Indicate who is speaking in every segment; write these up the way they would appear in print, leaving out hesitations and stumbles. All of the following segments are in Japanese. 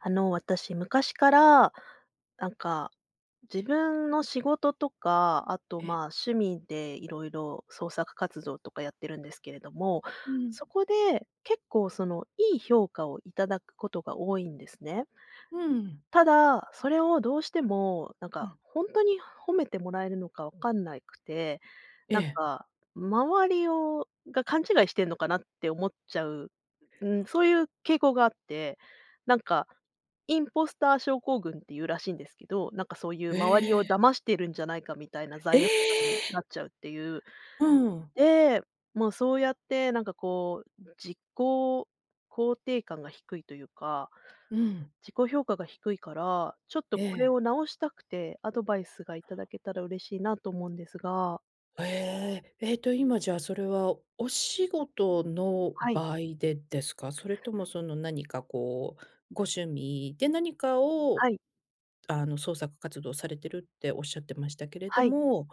Speaker 1: 私、昔から、なんか、自分の仕事とか、あと、ま
Speaker 2: え、
Speaker 1: あ、趣味でいろいろ創作活動とかやってるんですけれども、
Speaker 2: うん。
Speaker 1: そこで結構、いい評価をいただくことが多いんですね。
Speaker 2: うん。
Speaker 1: ただ、それをどうしても、
Speaker 2: うん。
Speaker 1: ほんとに褒めてもらえるのか分かんないくて、
Speaker 2: え
Speaker 1: なん
Speaker 2: え。
Speaker 1: か、周りをが勘違いしてんのかなって思っちゃう、うん、そういう傾向があって、なんか、インポスター症候群っていうらしいんですけど、そういう
Speaker 2: え
Speaker 1: 周りを
Speaker 2: え。
Speaker 1: 騙してるんじゃないかみたいな
Speaker 2: え
Speaker 1: 罪悪感に
Speaker 2: え！
Speaker 1: なっちゃうっていう。
Speaker 2: うん。
Speaker 1: で、もうそうやって自己肯定感が低いというか
Speaker 2: うん。
Speaker 1: 自己評価が低いから、ちょっと
Speaker 2: え
Speaker 1: これ
Speaker 2: え。
Speaker 1: を直したくて、アドバイスがいただけたら嬉しいなと思うんですが。
Speaker 2: ええ。今じゃあ、それはお仕事の
Speaker 1: はい、
Speaker 2: 場合でですか？それともその何かこう、ご趣味で何かを
Speaker 1: はい、
Speaker 2: あの、創作活動されてるっておっしゃってましたけれど
Speaker 1: はい、
Speaker 2: も、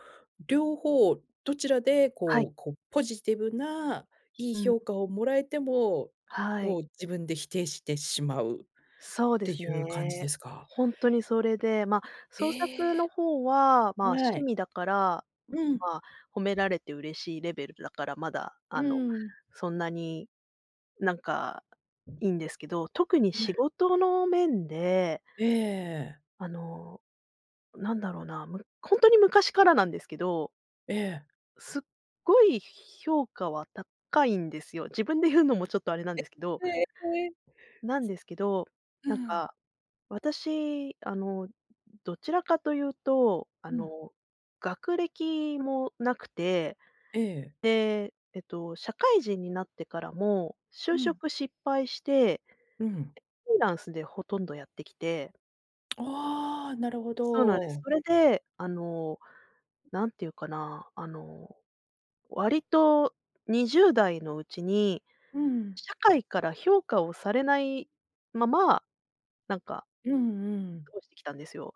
Speaker 2: 両方どちらで
Speaker 1: はい、
Speaker 2: こう、ポジティブないい
Speaker 1: うん、
Speaker 2: 評価をもらえても、
Speaker 1: はい。
Speaker 2: こう自分で否定してしまう。
Speaker 1: そうで
Speaker 2: てい
Speaker 1: す
Speaker 2: う感じで
Speaker 1: ね。
Speaker 2: すか？
Speaker 1: ほんとにそれで、ま、
Speaker 2: え
Speaker 1: 創作
Speaker 2: え。
Speaker 1: の方は、ま、
Speaker 2: は
Speaker 1: 趣
Speaker 2: い。
Speaker 1: 味だから、ん、
Speaker 2: うん。
Speaker 1: ま、褒められて嬉しいレベルだから、まだ、
Speaker 2: うーん。
Speaker 1: そんなに、なんか、いいんですけど、特に仕
Speaker 2: ね、
Speaker 1: 事の面で、
Speaker 2: ええええ。
Speaker 1: あのなんだろうな、本当に昔からなんですけど、すっごい評価は高いんですよ。自分で言うのもちょっとあれなんですけど
Speaker 2: ええ。
Speaker 1: なんですけど、
Speaker 2: う
Speaker 1: なん
Speaker 2: ん。
Speaker 1: か、私、どちらかというと、
Speaker 2: うん。
Speaker 1: 学歴もなくて、
Speaker 2: ええ。
Speaker 1: で、社会人になってからも就
Speaker 2: うん。
Speaker 1: 職失敗して、
Speaker 2: うん。
Speaker 1: フリーランスでほとんどやってきて。
Speaker 2: ああ、なるほ
Speaker 1: そうなんです。
Speaker 2: ど。
Speaker 1: それで、なんていうかな、割と20代のうちに、
Speaker 2: うん。
Speaker 1: 社会から評価をされないまま、なんか
Speaker 2: うんうん。
Speaker 1: 過ごしてきたんですよ。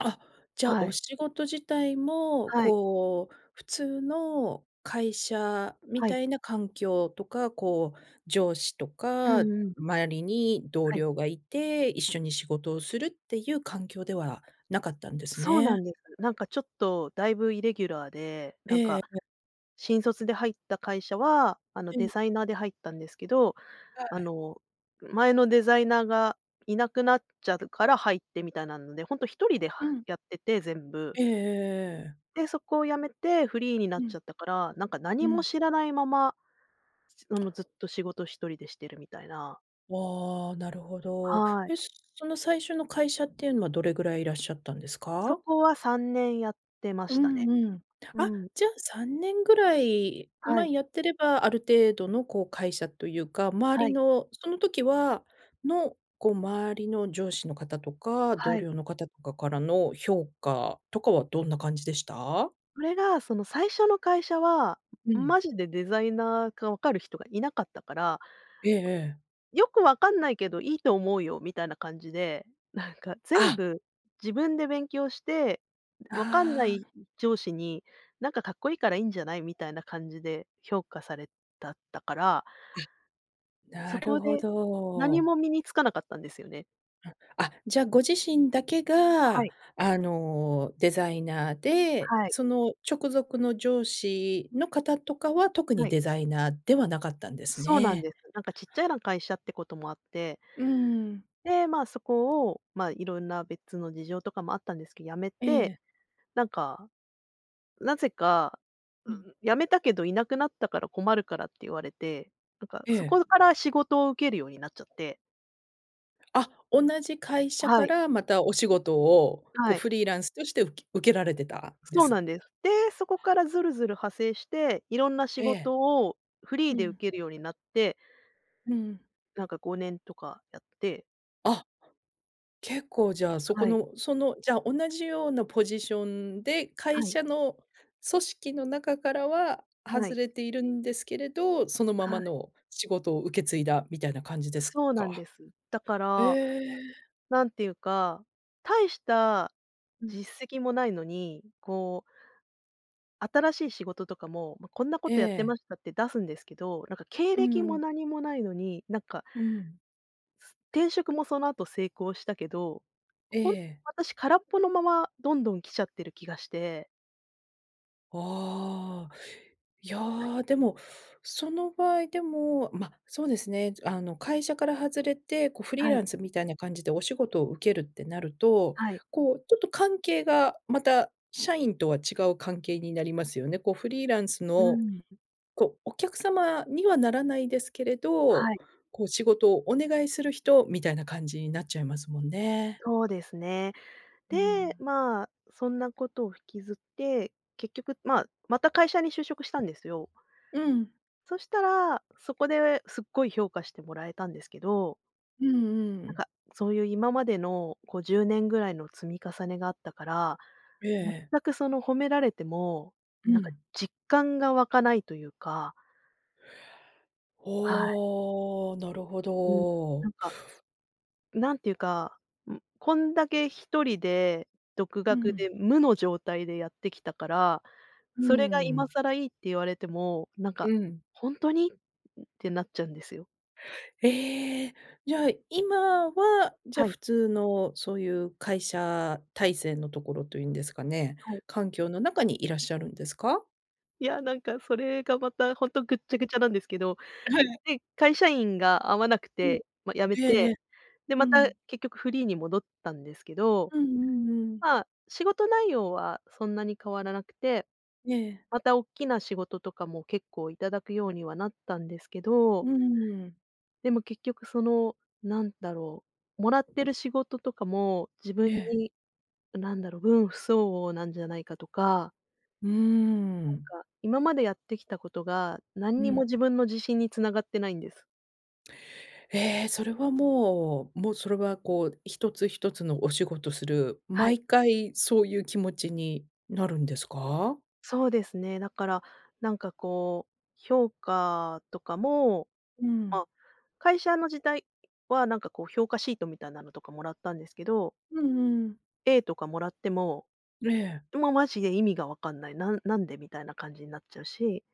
Speaker 2: あ、じゃあ、
Speaker 1: は
Speaker 2: お
Speaker 1: い。
Speaker 2: 仕事自体も、
Speaker 1: はい。
Speaker 2: こう、普通の会社み
Speaker 1: はい。
Speaker 2: たいな環境とか、こう、上司と
Speaker 1: う
Speaker 2: か、
Speaker 1: んうん。
Speaker 2: 周りに同
Speaker 1: はい。
Speaker 2: 僚がいて、一緒に仕事をするっていう環境ではなかったんです
Speaker 1: そうな
Speaker 2: ね。
Speaker 1: んです。ちょっとだいぶイレギュラーで、
Speaker 2: ええ、ええ、
Speaker 1: 新卒で入った会社は、
Speaker 2: ええ、
Speaker 1: デザイナーで入ったんですけど、
Speaker 2: は
Speaker 1: あ
Speaker 2: い。
Speaker 1: の、前のデザイナーがいなくなっちゃうから入ってみたいなので、ほんと人では
Speaker 2: うん。
Speaker 1: やってて、全部。
Speaker 2: ええええええ。
Speaker 1: で、そこを辞めてフリーになっ
Speaker 2: う
Speaker 1: ち
Speaker 2: ん、
Speaker 1: ゃったから、
Speaker 2: う
Speaker 1: 何も
Speaker 2: ん。
Speaker 1: 知らないまま、すあの、ずっと仕事一人でしてるみたいな。
Speaker 2: ああ、なるほど。
Speaker 1: はい。
Speaker 2: え、その最初の会社っていうのはどれぐらいいらっしゃったんです
Speaker 1: そ
Speaker 2: か？
Speaker 1: こは3年やってま
Speaker 2: う
Speaker 1: したね。
Speaker 2: んうん。
Speaker 1: う
Speaker 2: あ、
Speaker 1: ん。
Speaker 2: じゃあ3年ぐらい、
Speaker 1: は
Speaker 2: まあ、
Speaker 1: い。
Speaker 2: やってれば、ある程度のこう会社というか、周
Speaker 1: は
Speaker 2: り
Speaker 1: い。
Speaker 2: のその時はの、こう周りの上司の方とか、同
Speaker 1: はい。
Speaker 2: 僚の方とかからの評価とかはどんな感じでした？
Speaker 1: それが、その最初の会社は、
Speaker 2: うん。
Speaker 1: マジでデザイナーか分かる人がいなかったから
Speaker 2: ええええ。
Speaker 1: よくわかんないけど、いいと思うよみたいな感じで、全
Speaker 2: あ、
Speaker 1: 部自分で勉強して、わかんな
Speaker 2: あ
Speaker 1: い
Speaker 2: あ、
Speaker 1: 上司に、かっこいいからいいんじゃないみたいな感じで評価されたったから、そ
Speaker 2: な
Speaker 1: こ
Speaker 2: るほ
Speaker 1: で何
Speaker 2: ど。
Speaker 1: も身につかなかったんですよね。
Speaker 2: あ、じゃあご自身だけ
Speaker 1: は
Speaker 2: が、
Speaker 1: い、
Speaker 2: あの、デザイナーで、
Speaker 1: はい、
Speaker 2: その直属の上司の方とかは特
Speaker 1: は
Speaker 2: に
Speaker 1: い。
Speaker 2: デザイナーではなかったんです
Speaker 1: そうなん
Speaker 2: ね。
Speaker 1: です。ちっちゃな会社ってこともあって、
Speaker 2: うーん。
Speaker 1: で、まあ、そこを、まあ、いろんな別の事情とかもあったんですけど辞め
Speaker 2: え
Speaker 1: て、
Speaker 2: え、
Speaker 1: なんかなぜか、
Speaker 2: う
Speaker 1: う
Speaker 2: ん、
Speaker 1: ん辞めたけどいなくなったから困るからって言われて、
Speaker 2: え
Speaker 1: そ
Speaker 2: え。
Speaker 1: こから仕事を受けるようになっちゃって。
Speaker 2: あ、同じ会社
Speaker 1: は
Speaker 2: か
Speaker 1: い、
Speaker 2: らまたお仕事をこ
Speaker 1: は
Speaker 2: う
Speaker 1: い。
Speaker 2: フリーランスとして受けられてたんで
Speaker 1: そう
Speaker 2: す
Speaker 1: なんです。で、そこからずるずる派生して、いろんな仕
Speaker 2: ええ。
Speaker 1: 事をフリー
Speaker 2: う
Speaker 1: で受
Speaker 2: ん、
Speaker 1: けるようになって、
Speaker 2: うん。
Speaker 1: 5年とかやって、
Speaker 2: あ。結構じゃあ、そこ
Speaker 1: はい、
Speaker 2: の、その、じゃあ、同じようなポジションで、会
Speaker 1: はい、
Speaker 2: 社の組織の中からは
Speaker 1: は
Speaker 2: 外
Speaker 1: い、
Speaker 2: れているんですけれど、そのま
Speaker 1: は
Speaker 2: ま
Speaker 1: い。
Speaker 2: の仕事を受け継いだみたいな感じです
Speaker 1: そうなん
Speaker 2: か？
Speaker 1: です。だか
Speaker 2: え
Speaker 1: ら、
Speaker 2: え。
Speaker 1: なんていうか、大した
Speaker 2: うん。
Speaker 1: 実績もないのに、新しい仕事とかも、まあ、こんなこ
Speaker 2: え
Speaker 1: とやってま
Speaker 2: え。
Speaker 1: したって出すんですけど、経
Speaker 2: う
Speaker 1: 歴も
Speaker 2: ん。
Speaker 1: 何もないのに、
Speaker 2: うん。
Speaker 1: 転職もその後成功したけど、
Speaker 2: え
Speaker 1: ほん
Speaker 2: え。
Speaker 1: 私空っぽのままどんどん来ちゃってる気がして。
Speaker 2: ああ、いやー、でも、その場合でも、まあ、そうですね、あの、会社から外れて、こう、フリ
Speaker 1: は
Speaker 2: ーラ
Speaker 1: い、
Speaker 2: ンスみたいな感じでお仕事を受けるってなると、
Speaker 1: はい。
Speaker 2: こう、ちょっと関係がまた社員とは違う関係になりますよね。こう、フリーランス
Speaker 1: う
Speaker 2: の、
Speaker 1: ん。
Speaker 2: こう、お客様にはならないですけれ
Speaker 1: は
Speaker 2: ど、
Speaker 1: い、
Speaker 2: こう、仕事をお願いする人みたいな感じになっちゃいますもんね。
Speaker 1: そうですね。
Speaker 2: う
Speaker 1: で、
Speaker 2: ん。
Speaker 1: まあ、そんなことを引きずって、結局、まあ、また会社に就職したんですよ。
Speaker 2: うん。
Speaker 1: そしたら、そこですっごい評価してもらえたんですけど
Speaker 2: うんうん。
Speaker 1: そういう今までの10年ぐらいの積み重ねがあったから、
Speaker 2: ええ。
Speaker 1: 全くその褒められても、
Speaker 2: うん。
Speaker 1: 実感が湧かないというか、はい。
Speaker 2: おお、なるほ
Speaker 1: うん。な
Speaker 2: ど。
Speaker 1: んか、なんていうか、ん、こんだけ一人で独
Speaker 2: う
Speaker 1: 学
Speaker 2: ん。
Speaker 1: で無の状態でやってきたから、
Speaker 2: う
Speaker 1: それが今
Speaker 2: ん。
Speaker 1: 更いいって言われても、
Speaker 2: うん。
Speaker 1: 「本当に？」ってなっちゃうんですよ。
Speaker 2: ええ、じゃあ、今は、じゃ、
Speaker 1: はい、
Speaker 2: 普通のそういう会社体制のところというんですかね、
Speaker 1: はい。
Speaker 2: 環境の中にいらっしゃるんですか？
Speaker 1: いや、それがまた本当ぐっちゃぐちゃなんですけど
Speaker 2: はい。
Speaker 1: で、会社員が合わなく
Speaker 2: うん。
Speaker 1: て、ま、辞め
Speaker 2: えええ
Speaker 1: て、
Speaker 2: え。
Speaker 1: で、
Speaker 2: う
Speaker 1: また
Speaker 2: ん。
Speaker 1: 結局フリーに戻ったんですけど、
Speaker 2: うんうんうん。
Speaker 1: まあ、仕事内容はそんなに変わらなくて、
Speaker 2: ええ。
Speaker 1: またおっきな仕事とかも結構いただくようにはなったんですけど、
Speaker 2: うん。
Speaker 1: でも結局なんだろう、もらってる仕事とかも自
Speaker 2: え
Speaker 1: 分
Speaker 2: え。
Speaker 1: に、なんだろう、分不相応なんじゃないかとか、
Speaker 2: うーん。
Speaker 1: 今までやってきたことが何
Speaker 2: う
Speaker 1: にも
Speaker 2: ん。
Speaker 1: 自分の自信に繋がってないんです。
Speaker 2: ええ、それはもう、もうそれはこう、一つ一つのお仕事する、
Speaker 1: はい。
Speaker 2: 毎回そういう気持ちになるんですか？
Speaker 1: そうですね。だから、評価とかも、
Speaker 2: う
Speaker 1: ま
Speaker 2: ん。
Speaker 1: あ、会社の時代は評価シートみたいなのとかもらったんですけど、
Speaker 2: うんうん。
Speaker 1: A とかもらっても、
Speaker 2: ええ。
Speaker 1: もうマジで意味がわかんない、なんなんでみたいな感じになっちゃうし、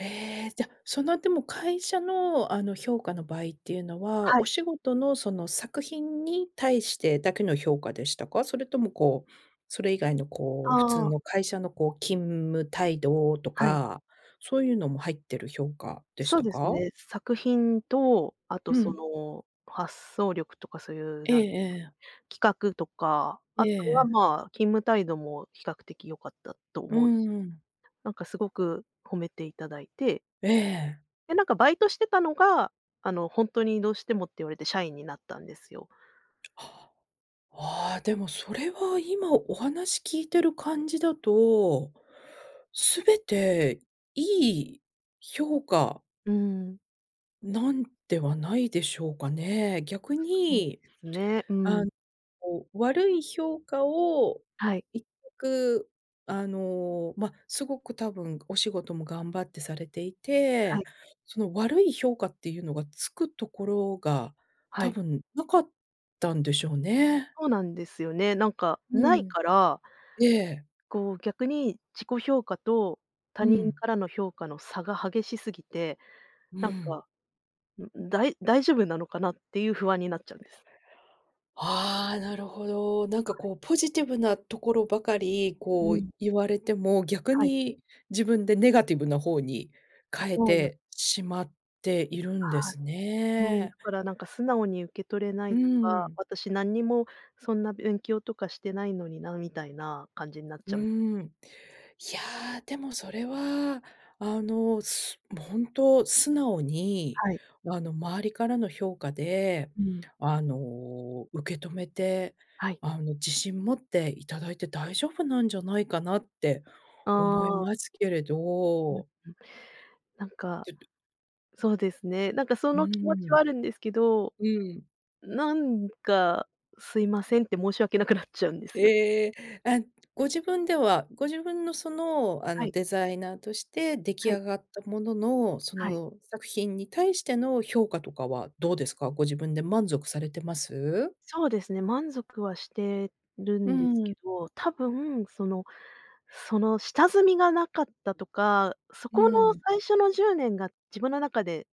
Speaker 2: ええ、じゃ、そのでも会社のあの評価の場合っていうの
Speaker 1: は
Speaker 2: は、お
Speaker 1: い、
Speaker 2: 仕事のその作品に対してだけの評価でしたか？それともこう、それ以外のこ
Speaker 1: あ
Speaker 2: う、普通
Speaker 1: あ、
Speaker 2: の会社のこう、勤務態度と
Speaker 1: はい。
Speaker 2: か、そういうのも入ってる評価でし
Speaker 1: そう
Speaker 2: た
Speaker 1: です
Speaker 2: か？
Speaker 1: ね、作品と、あと
Speaker 2: う
Speaker 1: そ
Speaker 2: ん。
Speaker 1: の発想力とかそういう
Speaker 2: ええええ。
Speaker 1: 企画とか、あとは
Speaker 2: え
Speaker 1: ま
Speaker 2: え、
Speaker 1: あ、勤務態度も比較的良かったと
Speaker 2: う
Speaker 1: 思う
Speaker 2: ん
Speaker 1: し
Speaker 2: うん。
Speaker 1: すごく褒めていただいて、
Speaker 2: ええ。
Speaker 1: で、バイトしてたのが、ほんとにどうしてもって言われて社員になったんですよ。
Speaker 2: ああ、でもそれは今お話聞いてる感じだと、全ていい評価
Speaker 1: うーん。
Speaker 2: なんではないでしょうかね。逆
Speaker 1: そうで
Speaker 2: に、
Speaker 1: すね。う
Speaker 2: あ
Speaker 1: ん。
Speaker 2: こう、悪い評価を
Speaker 1: はい。
Speaker 2: 1くあの、ま、すごく多分お仕事も頑張ってされてい
Speaker 1: は
Speaker 2: て、
Speaker 1: い。
Speaker 2: その悪い評価っていうのがつくところが
Speaker 1: は
Speaker 2: 多
Speaker 1: い。
Speaker 2: 分なかったんでしょうね。
Speaker 1: そうなんですよね。
Speaker 2: う
Speaker 1: ない
Speaker 2: ん。
Speaker 1: から、
Speaker 2: ええ、
Speaker 1: 逆に自己評価と他
Speaker 2: う
Speaker 1: 人
Speaker 2: ん、
Speaker 1: からの評価の差が激しすぎて、
Speaker 2: う
Speaker 1: なん
Speaker 2: ん。
Speaker 1: か、ん、大丈夫なのかなっていう不安になっちゃうんです。
Speaker 2: ああ、なるほど。なんかこう、ポジティブなところばかり、
Speaker 1: う
Speaker 2: こう
Speaker 1: ん。
Speaker 2: 言われても、逆
Speaker 1: はい。
Speaker 2: に自分でネガティブな方に変え
Speaker 1: そうなん
Speaker 2: てしまっているんで
Speaker 1: はい。
Speaker 2: す
Speaker 1: うん、だ
Speaker 2: ね。
Speaker 1: から素直に受け取れな
Speaker 2: う
Speaker 1: いとか、
Speaker 2: ん。
Speaker 1: 私何にもそんな勉強とかしてないのになみたいな感じになっ
Speaker 2: う
Speaker 1: ちゃう。
Speaker 2: ーん。いや、でもそれは、あの、もうほんと素直に、
Speaker 1: はい。
Speaker 2: あの、周りからの評価で、
Speaker 1: うん。
Speaker 2: あの、受け止めて、
Speaker 1: はい。
Speaker 2: あの、自信持っていただいて大丈夫なんじゃないかなって
Speaker 1: あ
Speaker 2: 思い
Speaker 1: あ、
Speaker 2: ますけれ
Speaker 1: うん、
Speaker 2: ど。
Speaker 1: なんか、
Speaker 2: ちょっと
Speaker 1: そうですね。そ
Speaker 2: う
Speaker 1: の気持
Speaker 2: ー
Speaker 1: ちは
Speaker 2: ん。
Speaker 1: あるんですけど、
Speaker 2: うん。
Speaker 1: なんかすいませんって申し訳なくなっちゃうんですよね。
Speaker 2: ええ、あ、ご自分ではご自分のその、あ
Speaker 1: は
Speaker 2: の、
Speaker 1: い、
Speaker 2: デザイナーとして出来
Speaker 1: はい、
Speaker 2: 上がったものの、そ
Speaker 1: はい。
Speaker 2: の作品に対しての評価とかはどうですか？ご自分で満足されてます？
Speaker 1: そうですね、満足はしてる
Speaker 2: う
Speaker 1: んですけ
Speaker 2: ん、
Speaker 1: ど、多分その下積みがなかったとか、そ
Speaker 2: う
Speaker 1: この
Speaker 2: ん。
Speaker 1: 最初の10年が自分の中で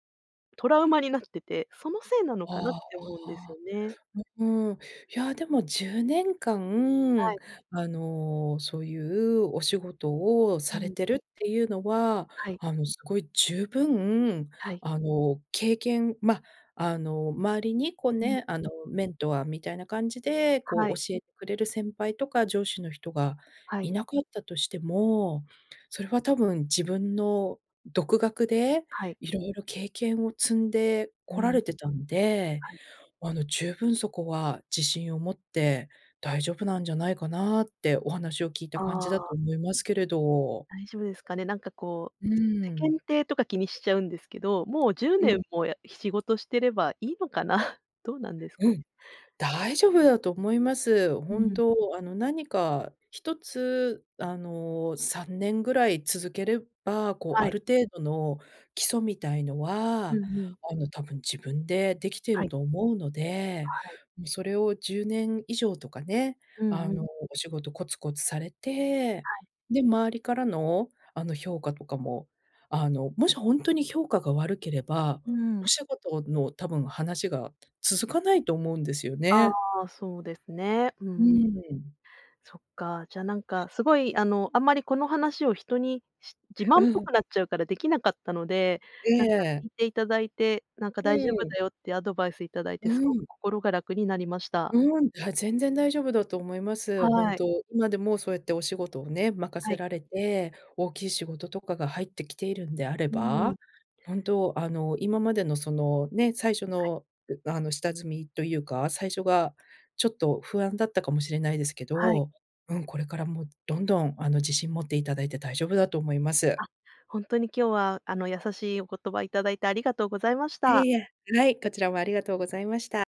Speaker 1: トラウマになってて、そのせいなのかなっ
Speaker 2: あ
Speaker 1: て思うんです
Speaker 2: あ。
Speaker 1: よね。
Speaker 2: うん、いや、でも10年
Speaker 1: は
Speaker 2: 間、
Speaker 1: い。
Speaker 2: あの、そういうお仕事を
Speaker 1: う
Speaker 2: され
Speaker 1: ん。
Speaker 2: てるっていうのは、
Speaker 1: はい、
Speaker 2: あの、すごい十分、
Speaker 1: はい。
Speaker 2: あの、経験ま、あの、周りにこう
Speaker 1: うん、
Speaker 2: ね、あの、メントアーみたいな感じで、こ
Speaker 1: は
Speaker 2: う、
Speaker 1: い、
Speaker 2: 教えてくれる先輩とか上司の人が
Speaker 1: は
Speaker 2: い
Speaker 1: い、
Speaker 2: なかったとしても、それは多分自分の独学で
Speaker 1: はい。
Speaker 2: 色々経験を積んで
Speaker 1: う
Speaker 2: こら
Speaker 1: ん、
Speaker 2: れてたんで
Speaker 1: はい。
Speaker 2: あの、十分そこは自信を持って大丈夫なんじゃないかなってお話を聞いた
Speaker 1: あ
Speaker 2: 感じだ
Speaker 1: あ、
Speaker 2: と思いますけれど。
Speaker 1: 大丈夫ですかね。
Speaker 2: う
Speaker 1: 世
Speaker 2: ん。
Speaker 1: 間体とか気にしちゃうんですけど、もう10
Speaker 2: う
Speaker 1: 年
Speaker 2: ん、
Speaker 1: も仕事してればいいのかな？どうなんですか
Speaker 2: う
Speaker 1: ね？
Speaker 2: ん。大丈夫だと思います。
Speaker 1: う
Speaker 2: 本
Speaker 1: ん、
Speaker 2: 当、あの、何か1つ、あの、3年ぐらい続ければ、こう、
Speaker 1: は
Speaker 2: あ
Speaker 1: い。
Speaker 2: る程度の基礎みたいの
Speaker 1: う
Speaker 2: は、
Speaker 1: んうん。
Speaker 2: あの、多分自分でできて
Speaker 1: は
Speaker 2: る
Speaker 1: い
Speaker 2: と思うので、
Speaker 1: はい。
Speaker 2: もうそれを10年以上とかね、
Speaker 1: うん
Speaker 2: あ
Speaker 1: うん。
Speaker 2: の、お仕事コツコツされて、で、周りからの、あの、評価とかも、あの、もし本当に評価が悪ければ、
Speaker 1: う
Speaker 2: お
Speaker 1: ん。
Speaker 2: 仕事の多分話が続かないと思うんですよ
Speaker 1: あ
Speaker 2: ね。
Speaker 1: あ、そうですね。う
Speaker 2: う
Speaker 1: ん
Speaker 2: ん。
Speaker 1: そっか。じゃ、すごい、あんまりこの話を人に自
Speaker 2: う
Speaker 1: 慢っぽ
Speaker 2: ん。
Speaker 1: くなっちゃうからできなかったので、
Speaker 2: え
Speaker 1: なんか聞い
Speaker 2: え。
Speaker 1: ていただいて、
Speaker 2: う
Speaker 1: 大丈夫
Speaker 2: ん。
Speaker 1: だよってアドバイスいただいて、
Speaker 2: う
Speaker 1: すごく
Speaker 2: ん。
Speaker 1: 心が楽になりました。
Speaker 2: うん、だ全然大丈夫だと思います。
Speaker 1: は
Speaker 2: 本
Speaker 1: い。
Speaker 2: 当今でもそうやってお仕事をね、任
Speaker 1: は
Speaker 2: せ
Speaker 1: い。
Speaker 2: られて、大きい仕事とかが入ってきているんであれ
Speaker 1: うんうん。
Speaker 2: ば、本当、あの、今までのそのね、最初の、あの、下積みというか、最初がちょっと不安だったかもしれないですけ
Speaker 1: はい。
Speaker 2: ど、うん、これからもどんどん、あの、自信持っていただいて大丈夫だと思います。
Speaker 1: あ、ほんとに今日は、優しいお言葉いただいてありがとうございまし
Speaker 2: いえ
Speaker 1: た。
Speaker 2: いえ、はい、こちらもありがとうございました。